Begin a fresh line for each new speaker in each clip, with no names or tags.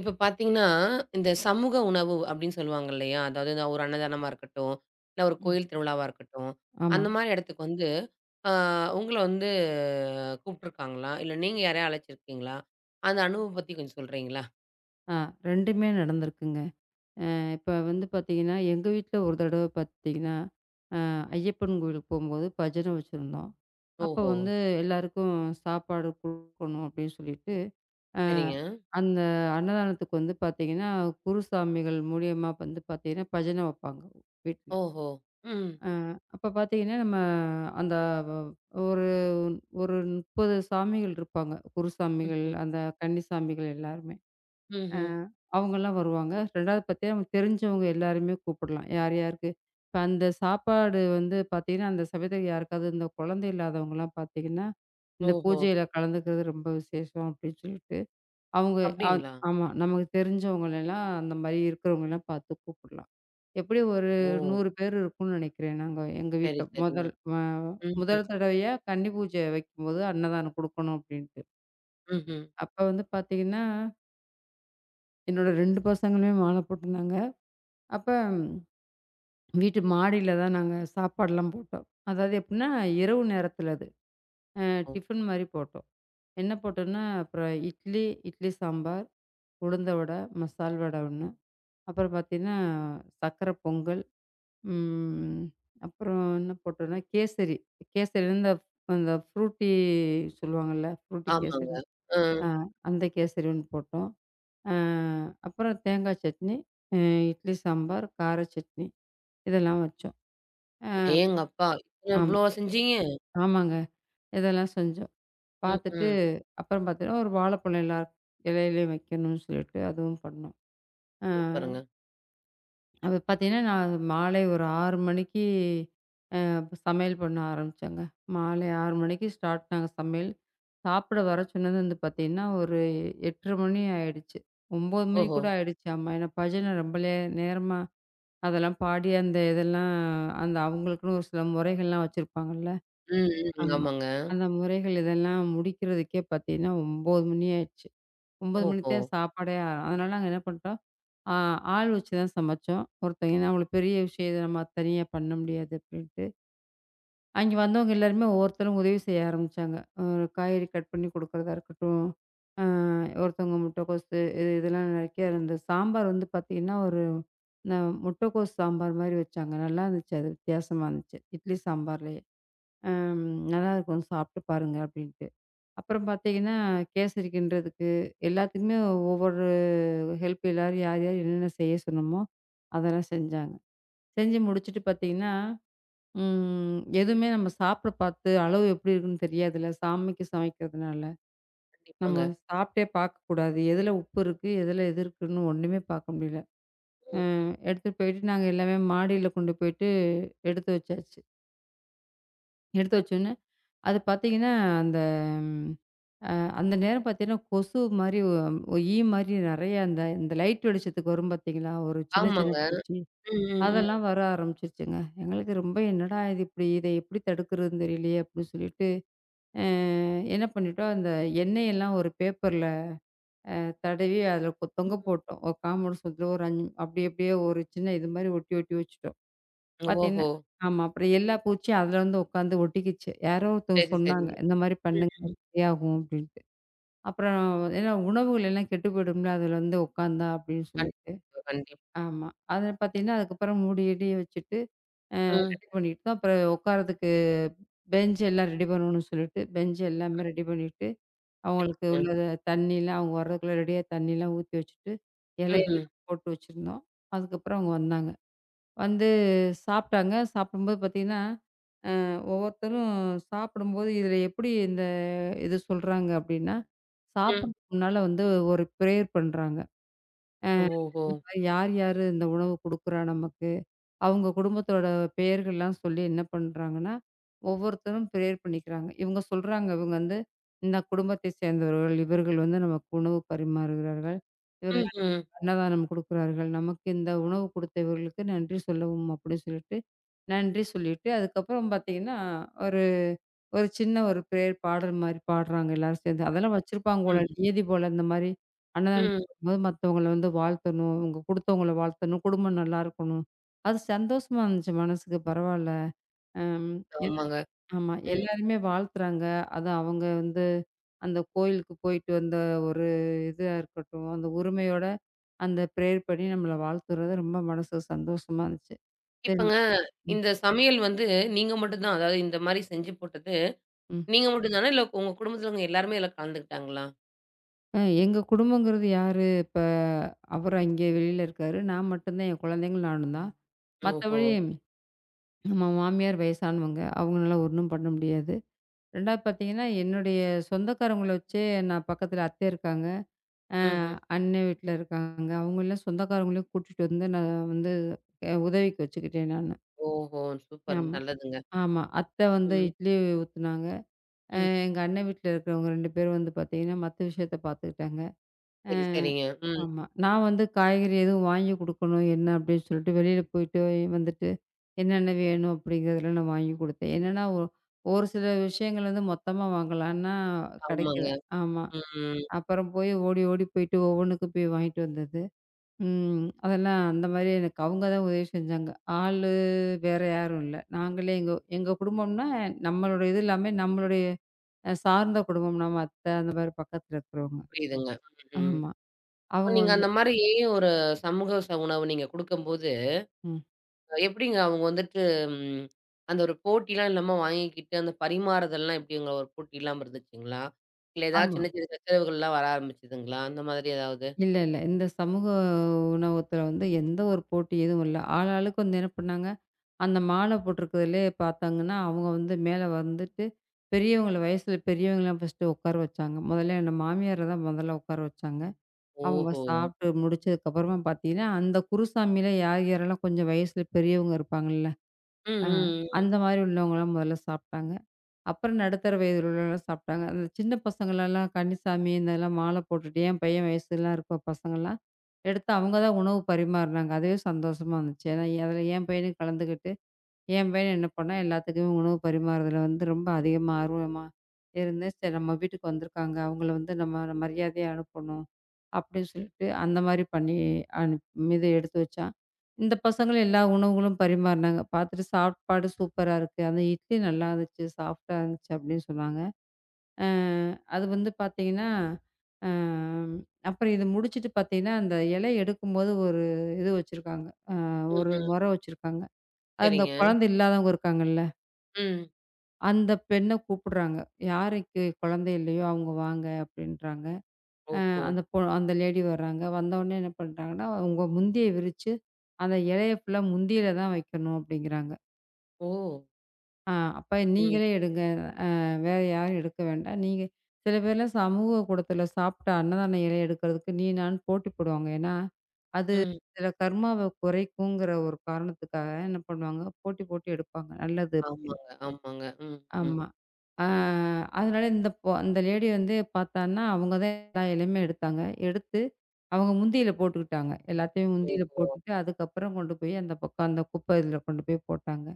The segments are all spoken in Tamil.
இப்ப பார்த்தீங்கன்னா, இந்த சமூக உணவு அப்படின்னு சொல்லுவாங்க இல்லையா? அதாவது இந்த ஒரு அன்னதானமா இருக்கட்டும், இல்ல ஒரு
ம்.
கோயில் திருவிழாவா இருக்கட்டும்.
ஆமா.
அந்த மாரி இடத்துக்கு வந்து ஆ உங்கள வந்து கூப்ட்டுருக்காங்களா? இல்ல நீங்க யாரையா அழைச்சிருக்கீங்களா? அந்த அனுபவம் பத்தி கொஞ்சம் சொல்றீங்களா?
ஆ 2மே நடந்திருக்குங்க. இப்ப வந்து பார்த்தீங்கன்னா, எங்க வீட்ல ஒரு தடவ பார்த்தீங்கன்னா, அ ஐயப்பன் கோயிலுக்கு போம்போது பஜனை வச்சிருந்தோம். அப்ப
ஓஹோ!
வந்து எல்லாருக்கும் சாப்பாடு குடுக்கணும் அப்படின்னு சொல்லிட்டு, அ
சரிங்க.
அந்த அன்னதானத்துக்கு வந்து பார்த்தீங்கன்னா, குருசாமிகள் மூலியமா வந்து பார்த்தீங்கன்னா, பஜனை வப்பாங்க வீட்ல.
ஓஹோ! ம்.
அ அப்ப பார்த்தீங்கன்னா, நம்ம அந்த வ ஒரு ஒரு 30 சாமிகள் இருப்பாங்க. குருசாமிகள்,
ம்ஹ்ம்.
அந்த கன்னிசாமிகள் எல்லாருமே. அ
ம்ஹ்ம்.
அவங்கலாம் வருவாங்க. 2வது பார்த்தீங்கன்னா, நமக்கு தெரிஞ்சவங்க எல்லாரையுமே கூப்பிடலாம். யார் யாருக்கு இப்ப அந்த சாப்பாடு வந்து பார்த்தீங்கன்னா, அந்த சமயத்துல யாருக்காவது இந்த குழந்தை இல்லாதவங்கலாம் பார்த்தீங்கன்னா, இந்த
ஓஹோ!
பூஜையில கலந்துக்கிறது ரொம்ப விசேஷம் அப்படின்னு சொல்லிட்டு, அவங்க அ
அப்படிங்களா?
ஆமா. நமக்கு தெரிஞ்சவங்களலாம் அந்த மாரி இருக்கிறவங்கலாம் பார்த்து கூப்பிடலாம். எப்படியும் ஒரு
ஓ!
100 பேர் இருக்கும்னு நெனைக்கிறேன். நாங்க எங்க
சரி,
வீட்ல
சரிங்க.
அ
ம்ஹ்ம்.
முதல் தடவையா கன்னி பூஜை வைக்கும்போது அன்னதானம் குடுக்கணும் அப்படின்ட்டு.
ம்ஹ்ம்.
அப்ப வந்து பார்த்தீங்கன்னா, என்னோட 2 பசங்களுமே மாலை போட்டிருந்தாங்க. அப்ப வீட்டு மாடியில தான் நாங்க சாப்பாடுலாம் போட்டோம். அதாவது எப்டின்னா, இரவு நேரத்தில அது. அ
ஓ!
டிஃபன் மாரி போட்டோம். என்ன போட்டோம்னா, அப்புறம் இட்லி, இட்லி சாம்பார், உளுந்த வடை, மசால் வடை 1, அப்புறம் பார்த்தீங்கன்னா, சர்க்கரை பொங்கல், ம் அப்புறம் என்ன போட்டோம்னா, கேசரி. கேசரி இந்த அந்த ஃப்ரூட்டி சொல்லுவாங்கல்ல, ஃப்ரூட்டி
ஆமாங்க.
கேசரி.
ம்.
ஆ அந்த கேசரி 1 போட்டோம். அ அப்புறம் தேங்காய் சட்னி, அ இட்லி சாம்பார், கார சட்னி இதெல்லாம் வச்சோம். அ
அடேங்கப்பா!
ஆமா.
இவ்வளோ செஞ்சீங்க?
ஆமாங்க. இதெல்லாம் செஞ்சோம். பார்த்துட்டு
ம்ஹ்ம்.
அப்புறம் பார்த்தீங்கன்னா, ஒரு வாழைப்பழம் எல்லா இலையிலயும் வைக்கணும்னு சொல்லிட்டு அதுவும் பண்ணோம். அ
சூப்பருங்க.
அது பார்த்தீங்கன்னா, நான் மாலை ஒரு 6 மணிக்கு அ சமையல் பண்ண ஆரம்பிச்சேங்க. மாலை 6 மணிக்கு ஸ்டார்ட் நாங்க சமையல். சாப்பிட வர சொன்னது வந்து பார்த்தீங்கன்னா, ஒரு 8:30 மணி ஆயிடுச்சு. 9 மணி
ஓஹோ!
கூட ஆயிடுச்சு. ஆமா. ஏன்னா பஜனை ரொம்ப நேரமா அதெல்லாம் பாடி அந்த இதெல்லாம் அந்த அவங்களுக்குன்னு ஒரு சில முறைகள்லாம் வச்சிருப்பாங்கல்ல.
ம், ம்.
ஆமா.
ஆமாங்க.
அந்த முறைகள் இதெல்லாம் முடிக்கிறதுக்கே பார்த்தீங்கன்னா 9 மணி ஆயிடுச்சு. 9 மணிக்கு
ஓஹோ!
தான் சாப்பாடே. அதனால நாங்க என்ன பண்ணிட்டோம், ஆ ஆள் வச்சு தான் சமைச்சோம். ஒருத்தவங்க ஏன்னா அவங்களுக்கு பெரிய விஷயம் இது நம்ம தனியா பண்ண முடியாது அப்படின்ட்டு. அங்கே வந்தவங்க எல்லாருமே ஒவ்வொருத்தரும் உதவி செய்ய ஆரம்பிச்சாங்க. ஒரு காய்கறி கட் பண்ணி குடுக்குறதா இருக்கட்டும், ஆ ஒருத்தவங்க முட்டைக்கோசு இது இதெல்லாம் நெறைய இந்த சாம்பார் வந்து பார்த்தீங்கன்னா, ஒரு இந்த முட்டைக்கோஸ் சாம்பார் மாரி வச்சாங்க. நல்லா இருந்துச்சு அது வித்தியாசமா இருந்துச்சு. இட்லி சாம்பார்லேயே. அம் "நல்லாயிருக்கும் சாப்பிட்டு பாருங்க" அப்படின்ட்டு. அப்புறம் பார்த்தீங்கன்னா, கேசரி கிண்டுறதுக்கு, எல்லாத்துக்குமே ஒவ்வொரு ஹெல்ப் எல்லாரும் யார், யார் என்னென்ன செய்ய சொன்னோமோ, அதெல்லாம் செஞ்சாங்க. செஞ்சு முடிச்சுட்டு பார்த்தீங்கன்னா, எதுவுமே நம்ம சாப்பிட பார்த்து அளவு எப்படி இருக்குன்னு தெரியாதுல்ல. சாமிக்கு சமைக்கிறதுனால.
கண்டிப்பாங்க.
நம்ம சாப்பிட்டே பார்க்கக்கூடாது. எதுல உப்பு இருக்கு, எதுல எது இருக்குன்னு ஒண்ணுமே பார்க்க முடியல.
ம், ம்.
எடுத்துட்டு போயிட்டு நாங்க எல்லாமே மாடியில கொண்டு போயிட்டு எடுத்து வச்சாச்சு. எடுத்து வச்சோன்னே, அது பார்த்தீங்கன்னா அந்த அந்த நேரம் பார்த்தீங்கன்னா, கொசு மாரி ஈ மாரி நெறைய அந்த இந்த லைட் வெளிச்சத்துக்கு வரும் பார்த்தீங்களா? ஒரு சின்ன சின்ன
ஆமாங்க.
பூச்சி,
ம், ம்,
அதெல்லாம் வர ஆரம்பிச்சுருச்சுங்க. எங்களுக்கு ரொம்ப என்னடா இது இப்படி இதை எப்படி தடுக்கிறதுன்னு தெரியலையே அப்படின்னு சொல்லிட்டு, அ என்ன பண்ணிட்டோம், அந்த எண்ணெயெல்லாம் ஒரு பேப்பர்ல தடவி அதில
ம்.
தொங்க போட்டோம். ஒரு காம்பவுண்ட் சுவத்துல ஒரு அப்படி அப்படியே ஒரு சின்ன இது மாரி ஒட்டி ஒட்டி வச்சுட்டோம். பார்த்தீங்கன்னா
ஓஹோ!
ஆமா. அப்புறம் எல்லா பூச்சியும் அதில வந்து உட்காந்து ஒட்டிக்கிச்சு. யாரோ ஒருத்தவங்க
சரி,
சொன்னாங்க.
சரிங்க.
இந்த மாரி
ம்,
பண்ணுங்க
ம்.
சரியாகும் அப்படின்னு. அப்புறம் ஏன்னா உணவுகள் எல்லாம் கெட்டு போயிடும்ல, அதுல வந்து உட்காந்தா அப்படின்னு சொல்லிட்டு.
கண்டிப்பா, கண்டிப்பா.
ஆமா. அதுல பார்த்தீங்கன்னா, அதுக்கப்புறம் மூடி கீடி வச்சுட்டு
ம்.
ரெடி பண்ணிட்டு தான் அப்புறம் உட்கார்றதுக்கு பெஞ்ச் எல்லாம் ரெடி பண்ணணும்னு சொல்லிட்டு, பெஞ்ச் எல்லாமே ரெடி பண்ணிட்டு, அவங்களுக்கு
ம்.
உள்ளத தண்ணிலாம் அவங்க வர்றதுக்குள்ள ரெடியா தண்ணிலாம் ஊத்தி வச்சுட்டு,
ம்ஹ்ம்.
இலையெல்லாம் போட்டு வச்சிருந்தோம். அதுக்கப்புறம் அவங்க வந்தாங்க. வந்து சாப்பிட்டாங்க. சாப்பிடும்போது பார்த்தீங்கன்னா ஒவ்வொருத்தரும் சாப்பிடும்போது இதில எப்படி இந்த இது சொல்றாங்க அப்படின்னா,
ம்.
சாப்பிடுறதுக்கு முன்னால வந்து ஒரு ப்ரேயர் பண்றாங்க. அ
ஓஹோ!
இந்த மாரி யார் யாரு இந்த உணவு குடுக்குறா நமக்கு, அவங்க குடும்பத்தோட பெயர்கள்லாம் சொல்லி என்ன பண்றாங்கன்னா, ஒவ்வொருத்தரும் ப்ரேயர் பண்ணிக்கிறாங்க. இவங்க சொல்றாங்க, இவங்க வந்து இந்த குடும்பத்தை சேர்ந்தவர்கள், இவர்கள் வந்து நமக்கு உணவு பரிமாறுகிறார்கள். இவர்கள்
ம்ஹ்ம்.
அன்னதானம் குடுக்கிறார்கள். நமக்கு இந்த உணவு கொடுத்த இவர்களுக்கு நன்றி சொல்லவும் அப்படின்னு சொல்லிட்டு, நன்றி சொல்லிட்டு அதுக்கப்புறம் பார்த்தீங்கன்னா, ஒரு ஒரு சின்ன ஒரு பிரேயர் பாடுற மாரி பாடுறாங்க எல்லாரும் சேர்ந்து. அதெல்லாம் வச்சிருப்பாங்க போல.
ம்,
நியதி போல இந்த மாரி
ம்.
அன்னதானத்துக்கு போகும்போது மத்தவங்கள வந்து வாழ்த்தணும். இவங்க குடுத்தவங்கள வாழ்த்தணும். குடும்பம் நல்லா இருக்கணும். அது சந்தோஷமா இருந்துச்சு மனசுக்கு பரவால்ல. அம் எல்
ஆமாங்க.
ஆமா.
ம்.
எல்லாருமே வாழ்த்துறாங்க. அது அவங்க வந்து அந்த கோயிலுக்கு போயிட்டு வந்த ஒரு இதா இருக்கட்டும். அந்த உரிமையோட அந்த பிரேயர் பண்ணி நம்மள வாழ்த்துறது ரொம்ப மனசுக்கு சந்தோஷமா இருந்துச்சு. சரி.
இப்பங்க
ம்.
இந்த சமையல் வந்து நீங்க மட்டும் தான், அதாவது இந்த மாரி செஞ்சு போட்டது,
ம்.
நீங்க மட்டும் தானா? இல்ல உங்க குடும்பத்துல உள்ளவங்க எல்லாருமே இதுல கலந்துக்கிட்டாங்களா?
எங்க குடும்பங்கிறது யாரு, இப்ப அவரு அங்கே வெளியில இருக்காரு. நான் மட்டும்தான், என் குழந்தைங்களும் நானும் தான்.
ஓஹோ!
மத்தபடி நம்ம மாமியார் வயசானவங்க. அவங்களால ஒண்ணும் பண்ண முடியாது. 2வது பார்த்தீங்கன்னா, என்னுடைய சொந்தக்காரங்கள வச்சே நான் பக்கத்துல அத்தை இருக்காங்க. அ
ம்ஹ்ம்.
அண்ணே வீட்ல இருக்காங்க. அவங்கலாம் சொந்தக்காரங்களையும் கூட்டிட்டு வந்து நான் வந்து உதவிக்கு வச்சுக்கிட்டேன் நானு.
ஓஹோ! சூப்பர்
ஆமா.
நல்லதுங்க.
ஆமா. அத்தை வந்து
ம்,
இட்லி ஊத்துனாங்க. அ
ம்.
எங்க அண்ணன் வீட்ல இருக்கிறவங்க 2 பேரும் வந்து பார்த்தீங்கன்னா, மத்த விஷயத்த பார்த்துக்கிட்டாங்க.
சரி, சரிங்க. ம்.
ஆமா. நான் வந்து காய்கறி எதுவும் வாங்கி குடுக்கணும் என்ன அப்படின்னு சொல்லிட்டு வெளியில போயிட்டு வந்துட்டு, என்னென்ன வேணும் அப்படிங்கிறதுல நான் வாங்கி குடுத்தேன். என்னன்னா, ஒரு சில விஷயங்கள் வந்து மொத்தமா வாங்கலான்னா கெடைக்கல.
ஆமாங்க.
ஆமா.
ம்.
அப்புறம் போய் ஓடி ஓடி போயிட்டு ஒவ்வொன்னுக்கும் போய் வாங்கிட்டு வந்தது. ம். அதெல்லாம் அந்த மாரி எனக்கு அவங்க தான் உதவி செஞ்சாங்க. ஆளு வேற யாரும் இல்ல. நாங்களே எங்க எங்க குடும்பம்னா நம்மளோட இது எல்லாமே நம்மளுடைய சார்ந்த குடும்பம். நம்ம அத்தை அந்த மாரி பக்கத்துல இருக்கிறவங்க.
புரியுதுங்க. ம்.
ஆமா.
இப்ப
அவங்க
நீங்க
வந்து
அந்த மாரி ஒரு சமூக உணவு நீங்க குடுக்கும்போது,
ம்.
எப்படிங்க அவங்க வந்துட்டு ம் அந்த ஒரு போட்டிலாம் இல்லாம வாங்கிக்கிட்டு, அந்த பரிமாறுதல்லாம் எப்படிங்க ஒரு போட்டி இல்லாம இருந்துச்சுங்களா? இல்ல ஏதாவது
ஆமா.
சின்ன சின்ன சச்சரவுகள்லாம் வர ஆரம்பிச்சதுங்களா? அந்த மாதிரி ஏதாவது?
இல்ல, இல்ல. இந்த சமூக உணவகத்துல வந்து எந்த ஒரு போட்டி எதுவும் இல்ல. ஆளாளுக்கு வந்து என்ன பண்ணாங்க, அந்த மாலை போட்டிருக்கிறதுலயே பார்த்தாங்கன்னா, அவங்க வந்து மேல வந்துட்டு பெரியவங்கள வயசுல பெரியவங்கலாம் ஃபர்ஸ்ட்டு உட்கார வச்சாங்க. முதல்ல என்ன மாமியார தான் முதல்ல உட்கார வச்சாங்க. அவங்க
ஓஹோ!
சாப்பிட்டு முடிச்சதுக்கப்புறமா பார்த்தீங்கன்னா, அந்த குருசாமியில யார் யாரெல்லாம் கொஞ்சம் வயசுல பெரியவங்க இருப்பாங்கல்ல, அ
ம், ம்,
அந்த மாரி உள்ளவங்கலாம் முதல்ல சாப்பிட்டாங்க. அப்புறம் நடுத்தர வயதில் உள்ளவங்கலாம் சாப்பிட்டாங்க. அந்த சின்ன பசங்களலாம் கன்னிசாமி இதெல்லாம் மாலை போட்டுட்டு என் பையன் வயசுலாம் இருக்க பசங்கலாம் எடுத்து அவங்க தான் உணவு பரிமாறுனாங்க. அதுவே சந்தோஷமா இருந்துச்சு. ஏன்னா அதில என் பையனும் கலந்துக்கிட்டு, என் பையன் என்ன பண்ணான் எல்லாத்துக்குமே உணவு பரிமாறுதல வந்து ரொம்ப அதிகமா ஆர்வமா இருந்து, சரி நம்ம வீட்டுக்கு வந்திருக்காங்க. அவங்கள வந்து நம்ம மரியாதையா அனுப்பணும். அப்படின்னு சொல்லிட்டு அந்த மாரி பண்ணி மீத எடுத்து வச்சான். இந்த பசங்களும் எல்லா உணவுகளும் பரிமாறுனாங்க. பார்த்துட்டு சாப்பாடு சூப்பரா இருக்கு. அந்த இட்லி நல்லா இருந்துச்சு. சாஃப்ட்டா இருந்துச்சு அப்படின்னு சொன்னாங்க. அ அது வந்து பார்த்தீங்கன்னா, அ அப்புறம் இது முடிச்சுட்டு பார்த்தீங்கன்னா, அந்த இலை எடுக்கும்போது ஒரு இது வச்சிருக்காங்க. அ
ம்,
ஒரு
ம்.
முறை வச்சிருக்காங்க. அது இந்த
சரிங்க.
குழந்தை இல்லாதவங்க இருக்காங்கல்ல,
ம்.
அந்த பெண்ண கூப்பிடுறாங்க. யாருக்கு குழந்தை இல்லையோ அவங்க வாங்க அப்படின்றாங்க.
ஓஹோ!
அந்த அந்த லேடி வர்றாங்க. வந்தவுனே என்ன பண்ட்டாங்கன்னா, உங்க முந்திய விரிச்சு, அந்த இலைய ஃபுல்லா முந்தியில தான் வைக்கணும் அப்டிங்கிறாங்க.
ஓ!
ஆ அப்ப
ம்,
நீங்களே எடுங்க. அ வேற யாரும் எடுக்க வேண்டாம். நீங்க சில பேர்லாம் சமூக கூடத்துல சாப்ட்ட அன்னதான இலை எடுக்கிறதுக்கு நீ நான்னு போட்டி போடுவாங்க. ஏன்னா, அது
ம்.
சில கர்மாவ குறைக்குங்கிற ஒரு காரணத்துக்காக என்ன பண்ணுவாங்க, போட்டி போட்டு எடுப்பாங்க. நல்லது.
ஆமாங்க, ஆமாங்க. ம், ம்.
ஆமா. ஆ அதனால இந்த அந்த லேடி வந்து பார்த்தான்னா, அவங்க தான் எல்லா இலையுமே எடுத்தாங்க. எடுத்து அவங்க முந்தியில போட்டுக்கிட்டாங்க. எல்லாத்தையும் முந்தியில
ஓஹோ!
போட்டுட்டு, அதுக்கப்புறம் கொண்டு போய் அந்த பக்கம் அந்த குப்பை இதில கொண்டு போய் போட்டாங்க.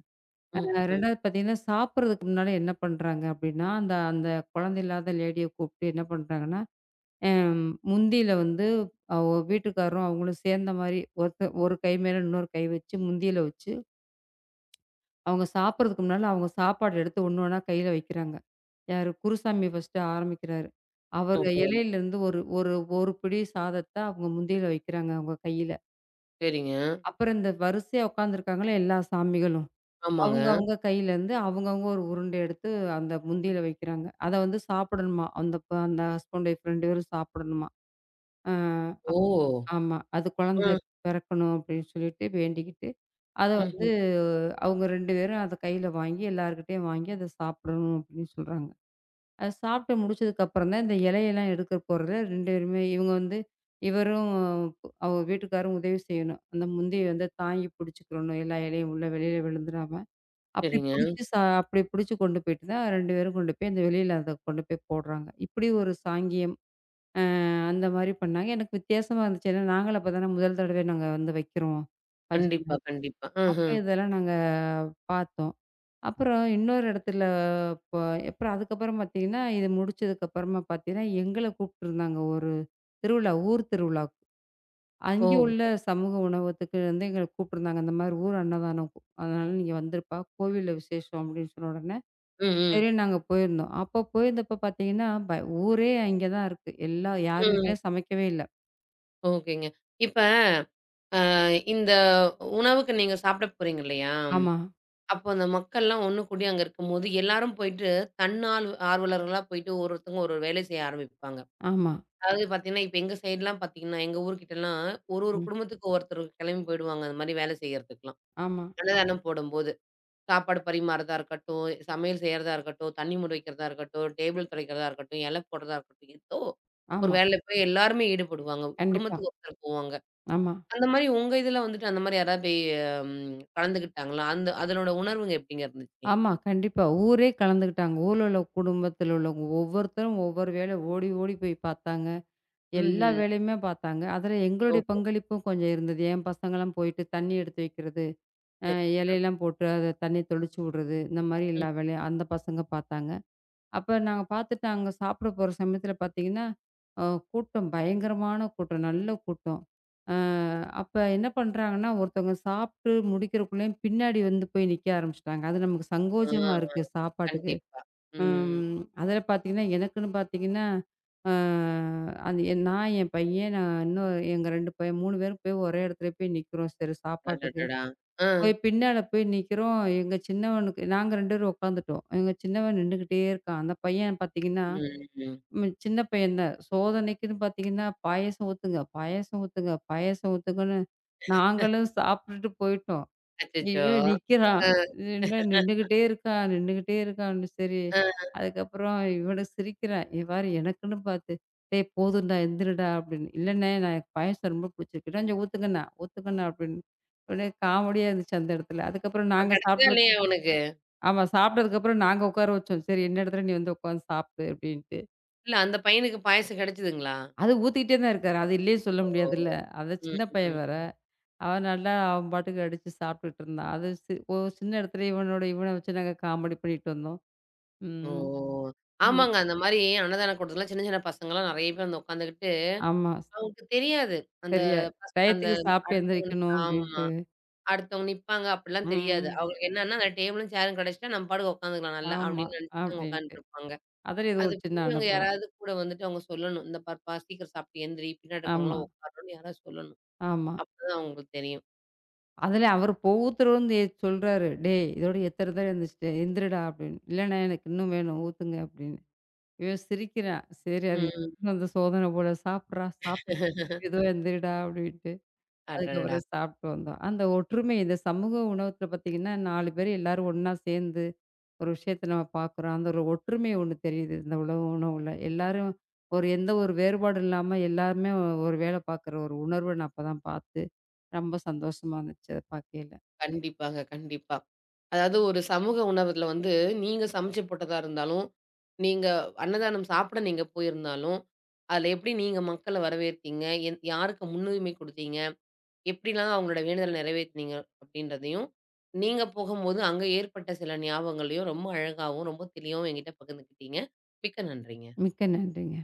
ம், ம்.
2வது பார்த்தீங்கன்னா, சாப்பிடுறதுக்கு முன்னால என்ன பண்றாங்க அப்டின்னா, அந்த அந்த குழந்தை இல்லாத லேடிய கூப்ட்டு என்ன பண்றாங்கன்னா, அம் முந்தியில வந்து அவ வீட்டுக்காரரும் அவங்களும் சேர்ந்த மாரி ஒருத்த ஒரு கை மேல இன்னொரு கை வச்சு, முந்தியில வச்சு, அவங்க சாப்பிடுறதுக்கு முன்னால அவங்க சாப்பாடு எடுத்து ஒண்ணு ஒண்ணா கையில வைக்கிறாங்க. யாரு? குருசாமி ஃபர்ஸ்ட்டு ஆரம்பிக்கிறாரு. அவரு
ஓஹோ!
இலையிலருந்து ஒரு ஒரு ஒரு பிடி சாதத்த அவங்க முந்தியில வைக்கிறாங்க அவங்க கையில.
சரிங்க.
அப்புறம் இந்த வரிசையா உட்காந்துருக்காங்கல்ல எல்லா சாமிகளும்.
ஆமாங்க.
அவங்க அவங்க கையிலருந்து அவங்கவங்க ஒரு உருண்டை எடுத்து அந்த முந்தியில வைக்கிறாங்க. அத வந்து சாப்பிடணுமா. அந்த அந்த ஹஸ்பண்ட் ஒய்ஃப் 2 பேரும் சாப்பிடணுமா. ஆ அப்
ஓ!
ஆமா. அது குழந்தை
ம்,
பிறக்கணும் அப்படின்னு சொல்லிட்டு வேண்டிக்கிட்டு, அத வந்து
ம்ஹ்ம்.
அவங்க 2 பேரும் அத கையில வாங்கி எல்லார்கிட்டயும் வாங்கி அத சாப்பிடணும் அப்படின்னு சொல்றாங்க. அது சாப்பிட்டு முடிச்சதுக்கப்புறம் தான் இந்த இலையெல்லாம் எடுக்க போறதுல 2 பேருமே இவங்க வந்து இவரும் அவ வீட்டுக்காரும் உதவி செய்யணும். அந்த முந்திய வந்து தாங்கி பிடிச்சுக்கிறணும். எல்லா இலையும் உள்ள வெளியில விழுந்துராம. அப்படி
சரிங்க.
பிடிச்சு ச அப்படி பிடிச்சு கொண்டு போயிட்டு தான் 2 பேரும் கொண்டு போய் அந்த வெளியில அத கொண்டு போய் போடுறாங்க. இப்படி ஒரு சாங்கியம். அந்த மாரி பண்ணாங்க. எனக்கு வித்தியாசமா இருந்துச்சு. ஏன்னா நாங்களும் அப்ப தானே முதல் தடவை நாங்க வந்து வைக்கிறோம். பஜனை.
கண்டிப்பா, கண்டிப்பா.
அப்ப
ம்ஹ்ம்.
இதெல்லாம் நாங்க பார்த்தோம். அப்புறம் இன்னொரு இடத்துல ப அப்புறம் அதுக்கப்புறம் பார்த்தீங்கன்னா, இது முடிச்சதுக்கு அப்புறமா பார்த்தீங்கன்னா, எங்கள கூப்பிட்டுருந்தாங்க ஒரு திருவிழா, ஊர் திருவிழாவுக்கு. அங்கே உள்ள
ஓஹோ!
சமூக உணவகத்துக்கு வந்து எங்கள கூப்பிட்டுருந்தாங்க. இந்த மாரி ஊர் அன்னதானம். அதனால நீங்க வந்துருப்பா, கோவில்ல விசேஷம் அப்படின்னு சொன்ன உடனே,
ம், ம்.
சரின்னு நாங்க போயிருந்தோம். அப்போ போயிருந்தப்ப பார்த்தீங்கன்னா, ஊரே அங்கே தான் இருக்கு. எல்லா யார்
ம்.
வீட்லயும் சமைக்கவே இல்ல.
ஓகேங்க. இப்ப அ இந்த உணவுக்கு நீங்க சாப்பிட போறீங்க இல்லையா?
ஆமா,
அப்போ அந்த மக்கள்லாம் ஒண்ணு கூடி அங்க இருக்கும்போது, எல்லாரும் போயிட்டு தன்னார்வ ஆர்வலர்களா போயிட்டு ஒருத்தவங்க ஒரு ஒரு வேலை செய்ய ஆரம்பிப்பாங்க.
ஆமா,
அதாவது பார்த்தீங்கன்னா, இப்ப எங்க சைட்லாம் பார்த்தீங்கன்னா, எங்க ஊர்கிட்டலாம் ஒரு ஒரு
ம்.
குடும்பத்துக்கு ஒருத்தர் கிளம்பி போயிடுவாங்க. அந்த மாரி வேலை செய்யறதுக்குலாம்.
ஆமா,
அன்னதானம் போடும்போது. சாப்பாடு பரிமாறுறதா இருக்கட்டும், சமையல் செய்யறதா இருக்கட்டும், தண்ணி மொண்டு வைக்கிறதா இருக்கட்டும், டேபிள் துடைக்கிறதா இருக்கட்டும், இலை போடுறதா இருக்கட்டும், ஏதோ ஒரு
ஆமா.
வேலையில போய் எல்லாருமே ஈடுபடுவாங்க.
கண்டிப்பா.
குடும்பத்துக்கு ஒருத்தர் போவாங்க.
ஆமா.
அந்த மாரி உங்க இதுல வந்துட்டு அந்த மாரி யாராவது போய் கலந்துக்கிட்டாங்களா? அந்த அதனோட உணர்வுங்க எப்படிங்க இருந்துச்சு?
ஆமா. கண்டிப்பா. ஊரே கலந்துக்கிட்டாங்க. ஊர்ல உள்ள குடும்பத்தில உள்ளவங்க ஒவ்வொருத்தரும் ஒவ்வொரு வேலை ஓடி ஓடி போய் பார்த்தாங்க. எல்லா
ம்ஹ்ம்.
வேலையுமே பார்த்தாங்க. அதில எங்களுடைய
ஓஹோ!
பங்களிப்பும் கொஞ்சம் இருந்தது. என் பசங்கலாம் போயிட்டு தண்ணி எடுத்து வைக்கிறது, அ
சரிங்க.
இலையெல்லாம் போட்டு அத தண்ணி தெளிச்சு விடுறது, இந்த மாரி
ம்.
எல்லா வேலையும் அந்த பசங்க பார்த்தாங்க. அப்ப நாங்க பார்த்துட்டு அங்க சாப்பிட போற சமயத்துல பார்த்தீங்கன்னா, அ கூட்டம் பயங்கரமான கூட்டம். நல்ல கூட்டம். அ அப்ப என்ன பண்றாங்கன்னா, ஒருத்தவங்க சாப்பிட்டு முடிக்கிறக்குள்ளயும் பின்னாடி வந்து போய் நிக்க ஆரம்பிச்சுட்டாங்க. அது நமக்கு
ஆ,
சங்கோஜமா இருக்கு சாப்பாட்டுக்கு.
கண்டிப்பா. ம்.
அதில பார்த்தீங்கன்னா, எனக்குன்னு பார்த்தீங்கன்னா, அ அது நான், என் பையன், நான் இன்னும் எங்க 2 பையன் 3 பேரும் போய் ஒரே இடத்துல போய் நிக்கிறோம். சரி சாப்பாட்டுக்கு.
அடடடா! ஆ.
போய் பின்னால போய் நிக்கிறோம். எங்க சின்னவனுக்கு நாங்க 2 பேரும் உட்காந்துட்டோம். எங்க சின்னவன் நின்னுகிட்டே இருக்கான். அந்த பையன் பார்த்தீங்கன்னா,
ம், ம்.
சின்ன பையன் தான். சோதனைக்குன்னு பார்த்தீங்கன்னா, பாயாசம் ஊத்துங்க, பாயாசம் ஊத்துங்க, பாயாசம் ஊத்துங்கன்னு நாங்களும் சாப்பிட்டுட்டு போயிட்டோம்.
அச்சச்சோ!
இவன் நிக்கிறான்.
ஆ,
இது என்ன நின்னுகிட்டே இருக்கான், நின்னுகிட்டே இருக்கான்னு சரி.
ஆ.
அதுக்கப்புறம் இவனும் சிரிக்கிறான். "இங்க பாரு எனக்குன்னு பார்த்து, டேய் போதும்டா எந்திரிடா" அப்படின்னு. "இல்லண்ணே நான் எனக்கு பாயாசம் ரொம்ப பிடிச்சிருக்கு." "கொஞ்சம் ஊத்துங்கண்ணா, ஊத்துங்கண்ணா" அப்படின்னு. உடனே காமெடியா இருந்துச்சு அந்த இடத்துல. அதுக்கப்புறம்
அப்புறம்
நாங்க
கிடைச்சதா
சாப்பிட்டதுக்கு
இல்லையா அவனுக்கு?
ஆமா சாப்பிட்டதுக்கப்புறம் நாங்க உட்கார வச்சோம். "சரி இந்த இடத்துல நீ வந்து உட்காந்து சாப்பிடு" அப்படின்ட்டு.
இல்ல அந்த பையனுக்கு பாயாசம் கிடைச்சதுங்களா?
அது ஊத்திக்கிட்டே தான் இருக்காரு. அது இல்லையே சொல்ல
ஓ!
முடியாதுல்ல. அதான்
ம்,
சின்ன பையன்
ம்.
வேற. அவன் நல்லா அவன் பாட்டுக்கு அடிச்சு சாப்பிட்டுட்டு இருந்தான். அது ஒரு சின்ன இடத்துல இவனோட இவன வச்சு நாங்க காமெடி பண்ணிட்டு வந்தோம்.
ஓ!
ம். ம்.
ஆமாங்க. அந்த மாரி அன்னதானம் கூட்டத்துலாம் சின்ன சின்ன பசங்கலாம் நெறைய பேர் வந்து உட்காந்துக்கிட்டு,
ஆமா.
அவங்களுக்கு தெரியாது. அந்த
சரியா
பஸ் அந்த
டயத்துக்கு சாப்பிட்டு
அடுத்தவங்க
எந்திரிக்கணும்
ஆமா.
அப்படின்ட்டு.
அடுத்தவங்க நிப்பாங்க அப்படிலாம் தெரியாது.
ம்.
அவங்களுக்கு என்னன்னா, அந்த டேபிளும் சேரும் கெடைச்சுட்டா நம்ம பாட்டுக்கு உட்காந்துக்கலாம் நல்லா
ஆமா.
அப்படின்னு நெனைச்சுட்டு அவங்க
அப்படின்ட்டு.
உட்காந்துட்டுருப்பாங்க.
அதுல இது
அது
ஒரு சின்ன
பெரியவங்க
அனுபவம்.
யாராவது கூட வந்துட்டு அவங்க சொல்லணும். இந்த பாருப்பா சீக்கிரம் சாப்பிட்டு எந்திரி, பின்னாடி
ஆமா,
இருக்கவங்கலாம் உட்காரணும்னு யாராவது சொல்லணும்.
ஆமா.
அப்பதான் அவங்களுக்கு தெரியும்.
அதுல அவரு இப்ப வந்து சொல்றாரு. "டேய் இதோட எத்தன தடவ எந்திரிச்சுட்ட எந்திரிடா" அப்படின்னு. "இல்லண்ணே எனக்கு இன்னும் வேணும் ஊத்துங்க" அப்படின்னு. இவன் சிரிக்கிறான். சரி அது
ம்.
வந்து சோதனை போல "சாப்பிட்றா, சாப்பிட்டு முடிச்சுட்டு மெதுவா எந்திரிடா" அப்படின்ட்டு.
அடடா!
அதுக்கப்புறம் சாப்பிட்டு வந்தோம். அந்த ஒற்றுமை இந்த சமூக உணவகத்துல பார்த்தீங்கன்னா, 4 பேர் எல்லாரும் ஒண்ணா சேர்ந்து ஒரு விஷயத்த நம்ம பார்க்குறோம். அந்த ஒரு ஒற்றுமை ஒண்ணு தெரியுது இந்த உணவு உணவுல. எல்லாரும் ஒரு எந்த ஒரு வேறுபாடும் இல்லாம எல்லாருமே ஒரு வேலை பார்க்குற ஒரு உணர்வ நான் அப்பதான் பார்த்து, ரொம்ப சந்தோஷமா இருந்துச்சு அத பார்க்கையில.
கண்டிப்பாங்க, கண்டிப்பா. அதாவது ஒரு சமூக உணவுல வந்து, நீங்க சமைச்சு போட்டதா இருந்தாலும், நீங்க அன்னதானம் சாப்பிட நீங்க போயிருந்தாலும், அதுல எப்படி நீங்க மக்கள வரவேத்தீங்க? என் யாருக்கு முன்னுரிமை குடுத்தீங்க? எப்படிலாம் அவங்களோட வேண்டுதல நிறைவேத்துனீங்க? அப்படின்றதையும், நீங்க போகும்போது அங்க ஏற்பட்ட சில ஞாபகங்களையும் ரொம்ப அழகாவும், ரொம்ப தெளிவாவும் என்கிட்ட பகிர்ந்துக்கிட்டீங்க. மிக்க நன்றிங்க.
மிக்க நன்றிங்க.